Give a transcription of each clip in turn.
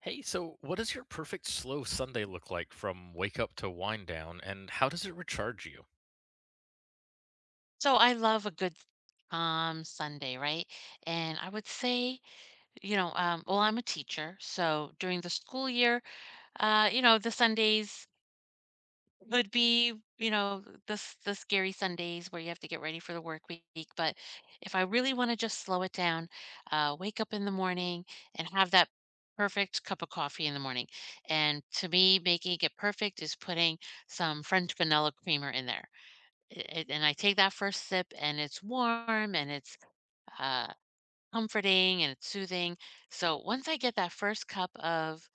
Hey, so what does your perfect slow Sunday look like from wake up to wind down, and how does it recharge you? So I love a good Sunday, right? And I would say, well, I'm a teacher, so during the school year, the Sundays would be, the scary Sundays where you have to get ready for the work week. But if I really want to just slow it down, wake up in the morning and have that perfect cup of coffee in the morning. And to me, making it perfect is putting some French vanilla creamer in there. A and I take that first sip, and it's warm, and it's, uh, comforting, and it's soothing. So once I get that first cup of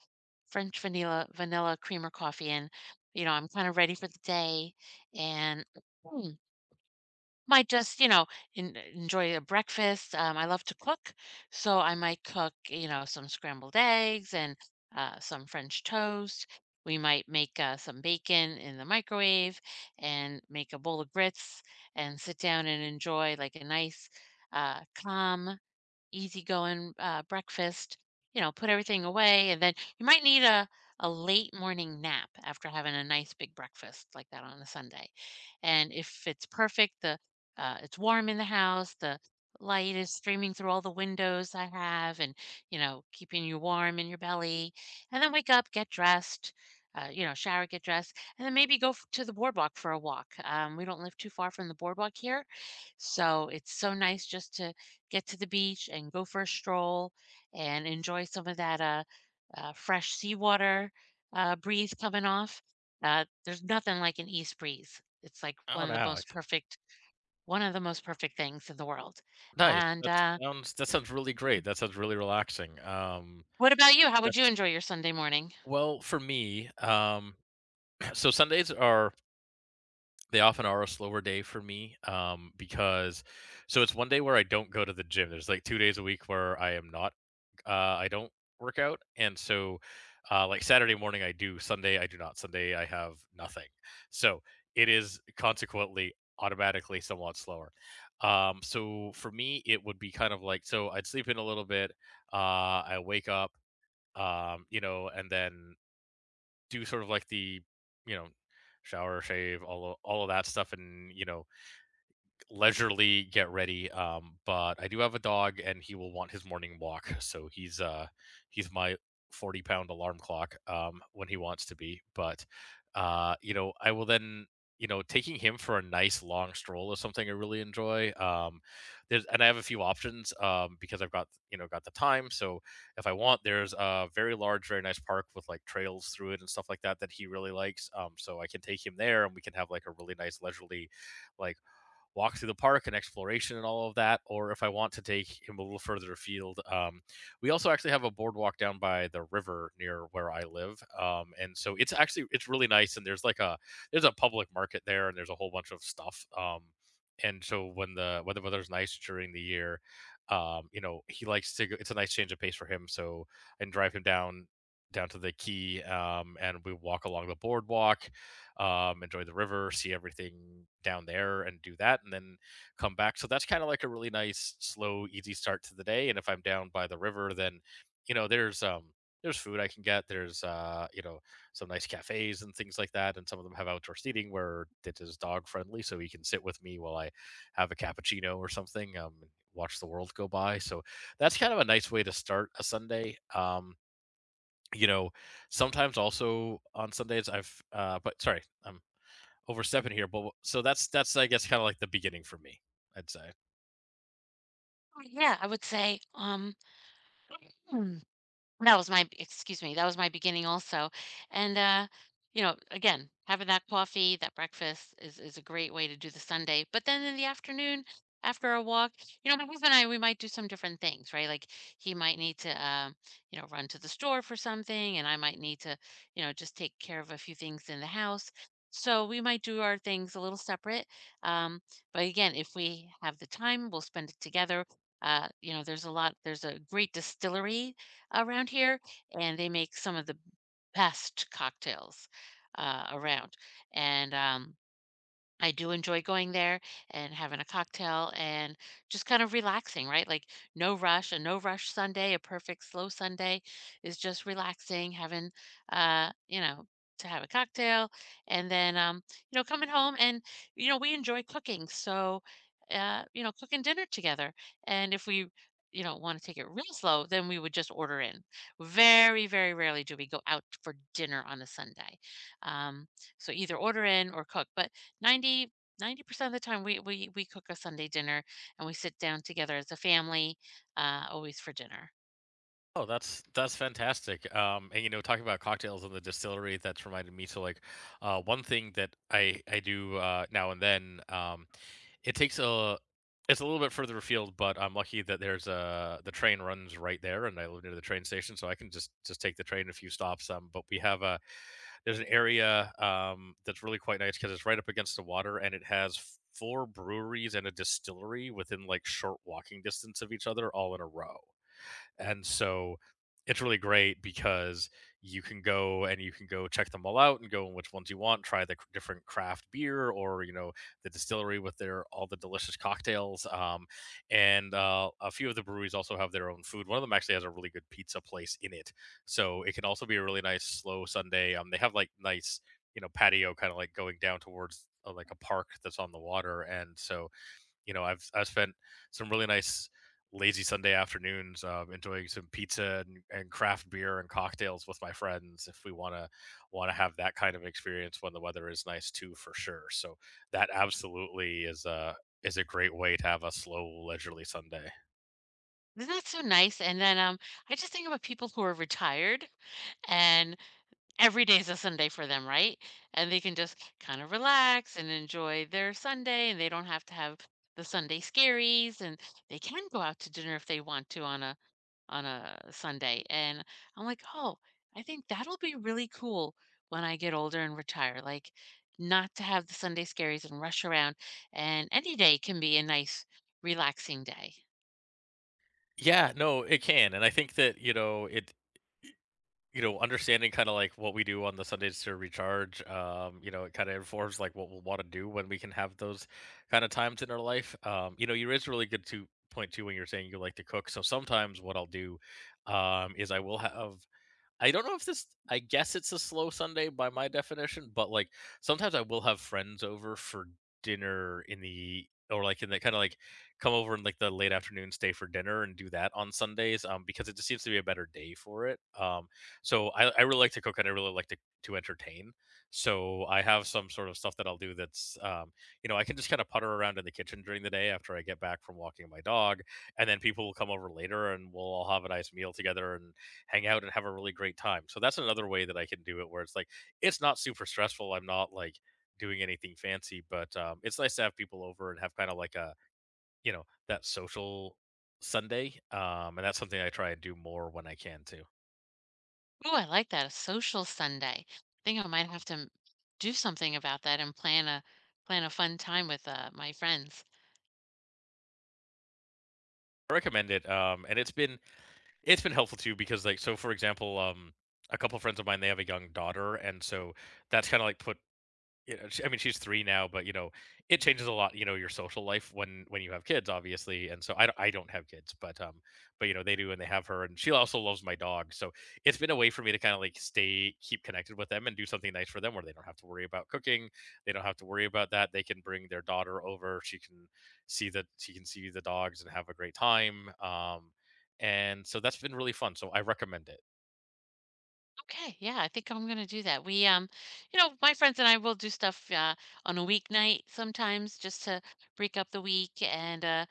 French vanilla creamer coffee in, you know, I'm kinda ready for the day, and might just, you know, en enjoy a breakfast. I love to cook, so I might cook, you know, some scrambled eggs and, some French toast. We might make, some bacon in the microwave and make a bowl of grits and sit down and enjoy, like, a nice, calm, easygoing, breakfast, you know, put everything away, and then you might need a late morning nap after having a nice big breakfast like that on a Sunday. And if it's perfect, the it's warm in the house, the light is streaming through all the windows I have and, you know, keeping you warm in your belly. And then wake up, get dressed, you know, shower, get dressed, and then maybe to the boardwalk for a walk. We don't live too far from the boardwalk here, so it's so nice just to get to the beach and go for a stroll and enjoy some of that fresh seawater breeze coming off. There's nothing like an east breeze. It's like Oh, no. One of the most perfect things in the world. Nice. And That sounds that sounds really Hmm. great. That sounds really relaxing. What about you? How would you That's enjoy your Sunday morning? Well for me. So Sundays are they often are a slower day for me because so it's one day where I don't go to the gym. There's like 2 days a week where I am not, uh, I don't work out, and so like Saturday morning I do, Sunday I do not. Sunday I have nothing. So it is consequently automatically somewhat slower. So for me it would be kind of like so I'd sleep in a little bit, I wake up, and then do sort of like the, you know, shower, shave, all of that stuff, and leisurely get ready. But I do have a dog, and he will want his morning walk. So he's my 40-pound alarm clock when he wants to be. But you know, I will then you know taking him for a nice long stroll is something I really enjoy. There's And I have a few options because I've got you know got the time. So if I want, there's a very large, very nice park with like trails through it and stuff like that that he really likes. So I can take him there, and we can have like a really nice leisurely like walk through the park and exploration and all of that, or if I want to take him a little further afield. We also actually have a boardwalk down by the river near where I live, and so it's really nice. And there's a public market there, and there's a whole bunch of stuff. And so when the weather's nice during the year, you know he likes to go. It's a nice change of pace for him. So and drive him down to the key and we walk along the boardwalk enjoy the river, see everything down there, and do that, and then come back. So that's kind of like a really nice, slow, easy start to the day. And if I'm down by the river, then you know there's um there's food I can get. There's some nice cafes and things like that, and some of them have outdoor seating where it is dog friendly, so he can sit with me while I have a cappuccino or something. Watch the world go by. So that's kind of a nice way to start a Sunday. You know, Sometimes also on Sundays I've but sorry, I'm overstepping here, but so that's I guess kind of like the beginning for me. I'd say. Oh, yeah, I would say that was my excuse me, that was my beginning also, and, you know, again, having that coffee, that breakfast is a great way to do the Sunday, but then in the afternoon, after a walk, you know, my husband and I, we might do some different things, right? Like, he might need to, you know, run to the store for something, and I might need to, you know, just take care of a few things in the house. So, we might do our things a little separate, um, but again, if we have the time, we'll spend it together. You know, there's a great distillery around here, and they make some of the best cocktails, around. And I do enjoy going there and having a cocktail and just kind of relaxing, right? Like no rush, a no rush Sunday, a perfect slow Sunday is just relaxing, having, you know, to have a cocktail and then, you know, coming home and, you know, we enjoy cooking. So, you know, cooking dinner together. And if we, you know, want to take it real slow, then we would just order in. Very, very rarely do we go out for dinner on a Sunday. Um, so either order in or cook. But Ninety ninety percent of the time we cook a Sunday dinner and we sit down together as a family, always for dinner. Oh, that's fantastic. Talking about cocktails in the distillery, that's reminded me. So, like, one thing that I do now and then, it takes a it's a little bit further afield, but I'm lucky that the train runs right there, and I live near the train station, so I can just take the train a few stops. But we have a there's an area that's really quite nice because it's right up against the water, and it has four breweries and a distillery within like short walking distance of each other, all in a row. And so it's really great because you can go check them all out and go on which ones you want, try the different craft beer or, the distillery with their all the delicious cocktails. And a few of the breweries also have their own food. One of them actually has a really good pizza place in it. So it can also be a really nice slow Sunday. They have like nice, patio kind of like going down towards like a park that's on the water. And so I've spent some really nice lazy Sunday afternoons enjoying some pizza and craft beer and cocktails with my friends if we want to have that kind of experience when the weather is nice too for sure. So that absolutely is a great way to have a slow leisurely Sunday. Isn't that so nice? And then, I just think about people who are retired and every day is a Sunday for them, right? And they can just kind of relax and enjoy their Sunday and they don't have to have the Sunday scaries and they can go out to dinner if they want to on a Sunday. And I'm like, oh, I think that'll be really cool when I get older and retire. Like, not to have the Sunday scaries and rush around. And any day can be a nice, relaxing day. Yeah, no, it can. And I think that, you know, it. Understanding kind of like what we do on the Sundays to recharge, it kind of informs like what we'll want to do when we can have those kind of times in our life. You raised a really good to point too when you're saying you like to cook. So sometimes what I'll do is I will have I don't know if this I guess it's a slow Sunday by my definition, but like sometimes I will have friends over for dinner in the or like in the kind of like come over in like the late afternoon stay for dinner and do that on Sundays because it just seems to be a better day for it. So I really like to cook and I really like to entertain. So I have some sort of stuff that I'll do that's you know I can just kind of putter around in the kitchen during the day after I get back from walking my dog and then people will come over later and we'll all have a nice meal together and hang out and have a really great time. So that's another way that I can do it where it's not super stressful. I'm not like doing anything fancy, but it's nice to have people over and have kind of like a you know that social Sunday. And that's something I try and do more when I can too. Ooh, I like that. A social Sunday. I think I might do something about that and plan a plan a fun time with my friends. I recommend it. And it's been helpful too because like so for example, a couple friends of mine they have a young daughter, and so that's kind of like put you know, she I mean, she's 3 now, but, it changes a lot, your social life when you have kids, obviously, and so I don't have kids, but, they do and they have her, and she also loves my dog, so it's been a way for me to kinda, like, stay keep connected with them and do something nice for them where they don't have to worry about cooking, they don't have to worry about that, they can bring their daughter over, she can see the dogs and have a great time, and so that's been really fun, so I recommend it. Okay, yeah, I think I'm gonna do that. We, you know, my friends and I will do stuff on a weeknight sometimes just to break up the week and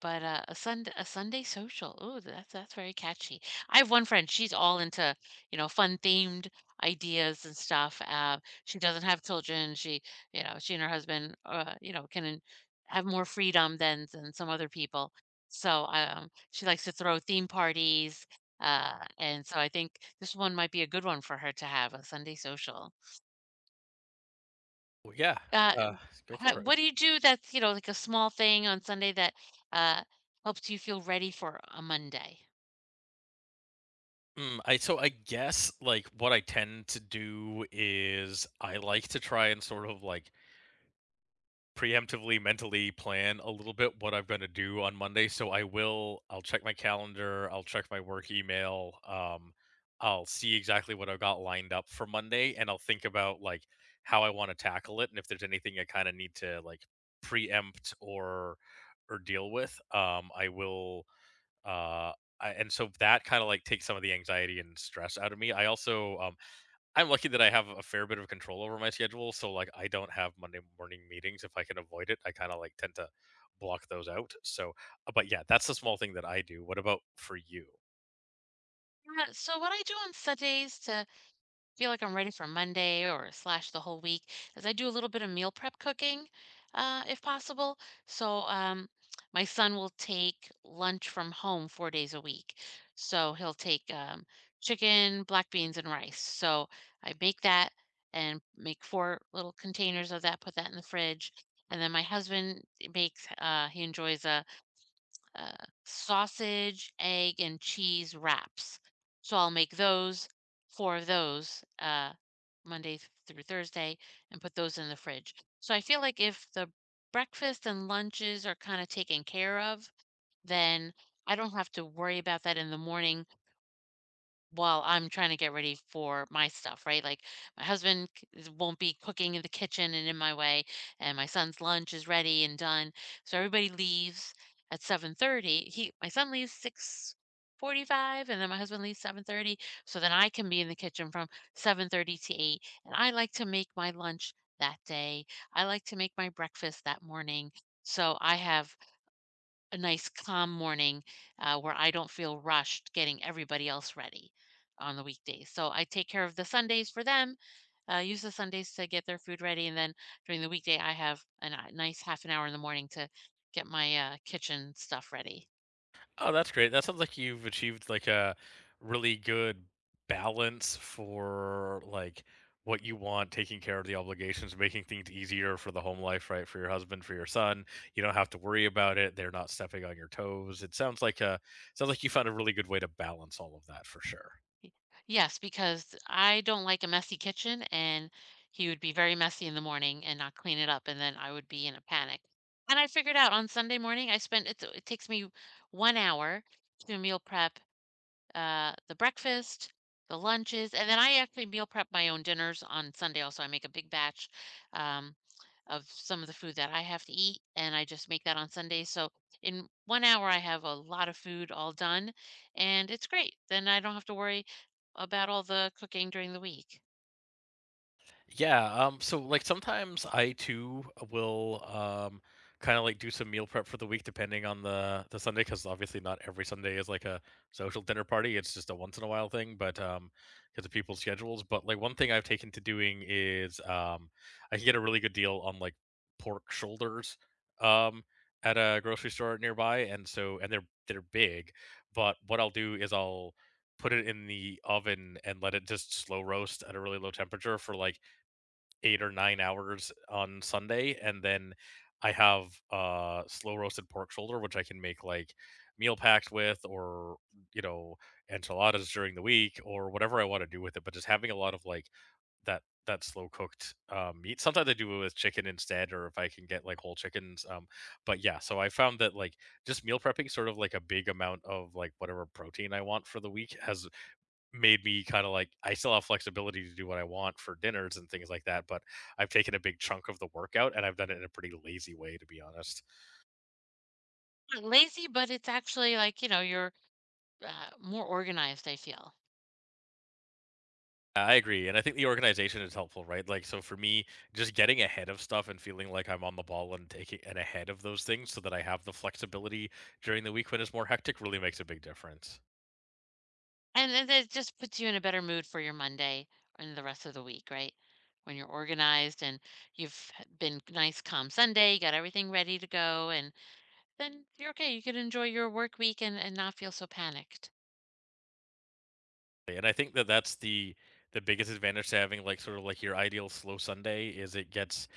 but, a Sunday social, oh that's very catchy. I have one friend, she's all into, you know, fun themed ideas and stuff, she doesn't have children, she, you know, she and her husband, you know, have more freedom than some other people. So, she likes to throw theme parties, and so I think this one might be a good one for her to have, a Sunday social. Well, yeah, Uh, uh, go ho for it. what do you do that's, you know, like a small thing on Sunday that, uh, helps you feel ready for a Monday? I guess like what I tend to do is I like to try and sort of like preemptively mentally plan a little bit what I'm going to do on Monday. So I'll check my calendar, I'll check my work email, I'll see exactly what I've got lined up for Monday and I'll think about like how I want to tackle it and if there's anything I kind of need to like preempt or deal with. I will uh, I And so that kinda, like, takes some of the anxiety and stress out of me. I also, I'm lucky that I have a fair bit of control over my schedule, so, like, I don't have Monday morning meetings if I can avoid it. I kinda, like, tend to block those out, so, but yeah, that's a small thing that I do. What about for you? Yeah, so what I do on Sundays to feel like I'm ready for Monday or slash the whole week, as I do a little bit of meal prep cooking, if possible. So, my son will take lunch from home 4 days a week. So he'll take, chicken, black beans, and rice. So I make that and make four little containers of that, put that in the fridge. And then my husband makes, he enjoys a uh, sausage, egg, and cheese wraps. So I'll make those, four of those, Monday through Thursday, and put those in the fridge. So I feel like if the breakfast and lunches are kind of taken care of, then I don't have to worry about that in the morning while I'm trying to get ready for my stuff, right? Like my husband won't be cooking in the kitchen and in my way, and my son's lunch is ready and done. So everybody leaves at 7:30. He My son leaves 6:45 and then my husband leaves 7:30, so then I can be in the kitchen from 7:30 to 8, and I like to make my lunch that day. I like to make my breakfast that morning. So I have a nice calm morning, where I don't feel rushed getting everybody else ready on the weekdays. So I take care of the Sundays for them, use the Sundays to get their food ready. And then during the weekday, I have a nice half an hour in the morning to get my kitchen stuff ready. Oh, that's great. That sounds like you've achieved like a really good balance for like what you want, taking care of the obligations, making things easier for the home life, right? For your husband, for your son. You don't have to worry about it. They're not stepping on your toes. It sounds like you found a really good way to balance all of that for sure. Yes, because I don't like a messy kitchen and he would be very messy in the morning and not clean it up. And then I would be in a panic. And I figured out on Sunday morning, I spent it, it takes me 1 hour to meal prep, the breakfast, the lunches, and then I actually meal prep my own dinners on Sunday. Also, I make a big batch, um, of some of the food that I have to eat, and I just make that on Sunday. So in 1 hour, I have a lot of food all done, and it's great. Then I don't have to worry about all the cooking during the week. Yeah, so like sometimes I too will kind of like do some meal prep for the week depending on the Sunday because obviously not every Sunday is like a social dinner party. It's just a once in a while thing, but because of people's schedules. But like one thing I've taken to doing is I can get a really good deal on like pork shoulders um at a grocery store nearby and so and they're big, but what I'll do is I'll put it in the oven and let it just slow roast at a really low temperature for like 8 or 9 hours on Sunday, and then I have, slow roasted pork shoulder, which I can make, like, meal packed with or, you know, enchiladas during the week or whatever I wanna do with it, but just having a lot of, like, that slow cooked, meat. Sometimes I do it with chicken instead or if I can get, like, whole chickens, but yeah, so I found that, like, just meal prepping sort of like a big amount of, like, whatever protein I want for the week has made me kind of like I still have flexibility to do what I want for dinners and things like that, but I've taken a big chunk of the workout and I've done it in a pretty lazy way, to be honest. Not lazy, but it's actually like you know you're, more organized. I feel. I agree. And I think the organization is helpful, right? Like, so for me, just getting ahead of stuff and feeling like I'm on the ball and taking and ahead of those things so that I have the flexibility during the week when it's more hectic really makes a big difference. And then that just puts you in a better mood for your Monday and the rest of the week, right? When you're organized and been nice, calm Sunday, you got everything ready to go, and then you're okay. You can enjoy your work week and not feel so panicked. And I think that that's the biggest advantage to having, like, sort of like your ideal slow Sunday is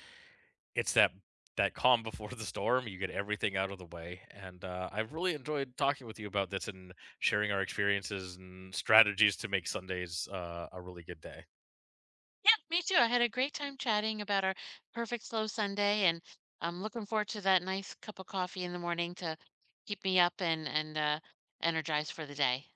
it's that that calm before the storm, you get everything out of the way, and, I've really enjoyed talking with you about this and sharing our experiences and strategies to make Sundays, a really good day. Yeah, me too. I had a great time chatting about our perfect slow Sunday, and I'm looking forward to that nice cup of coffee in the morning to keep me up and energized for the day.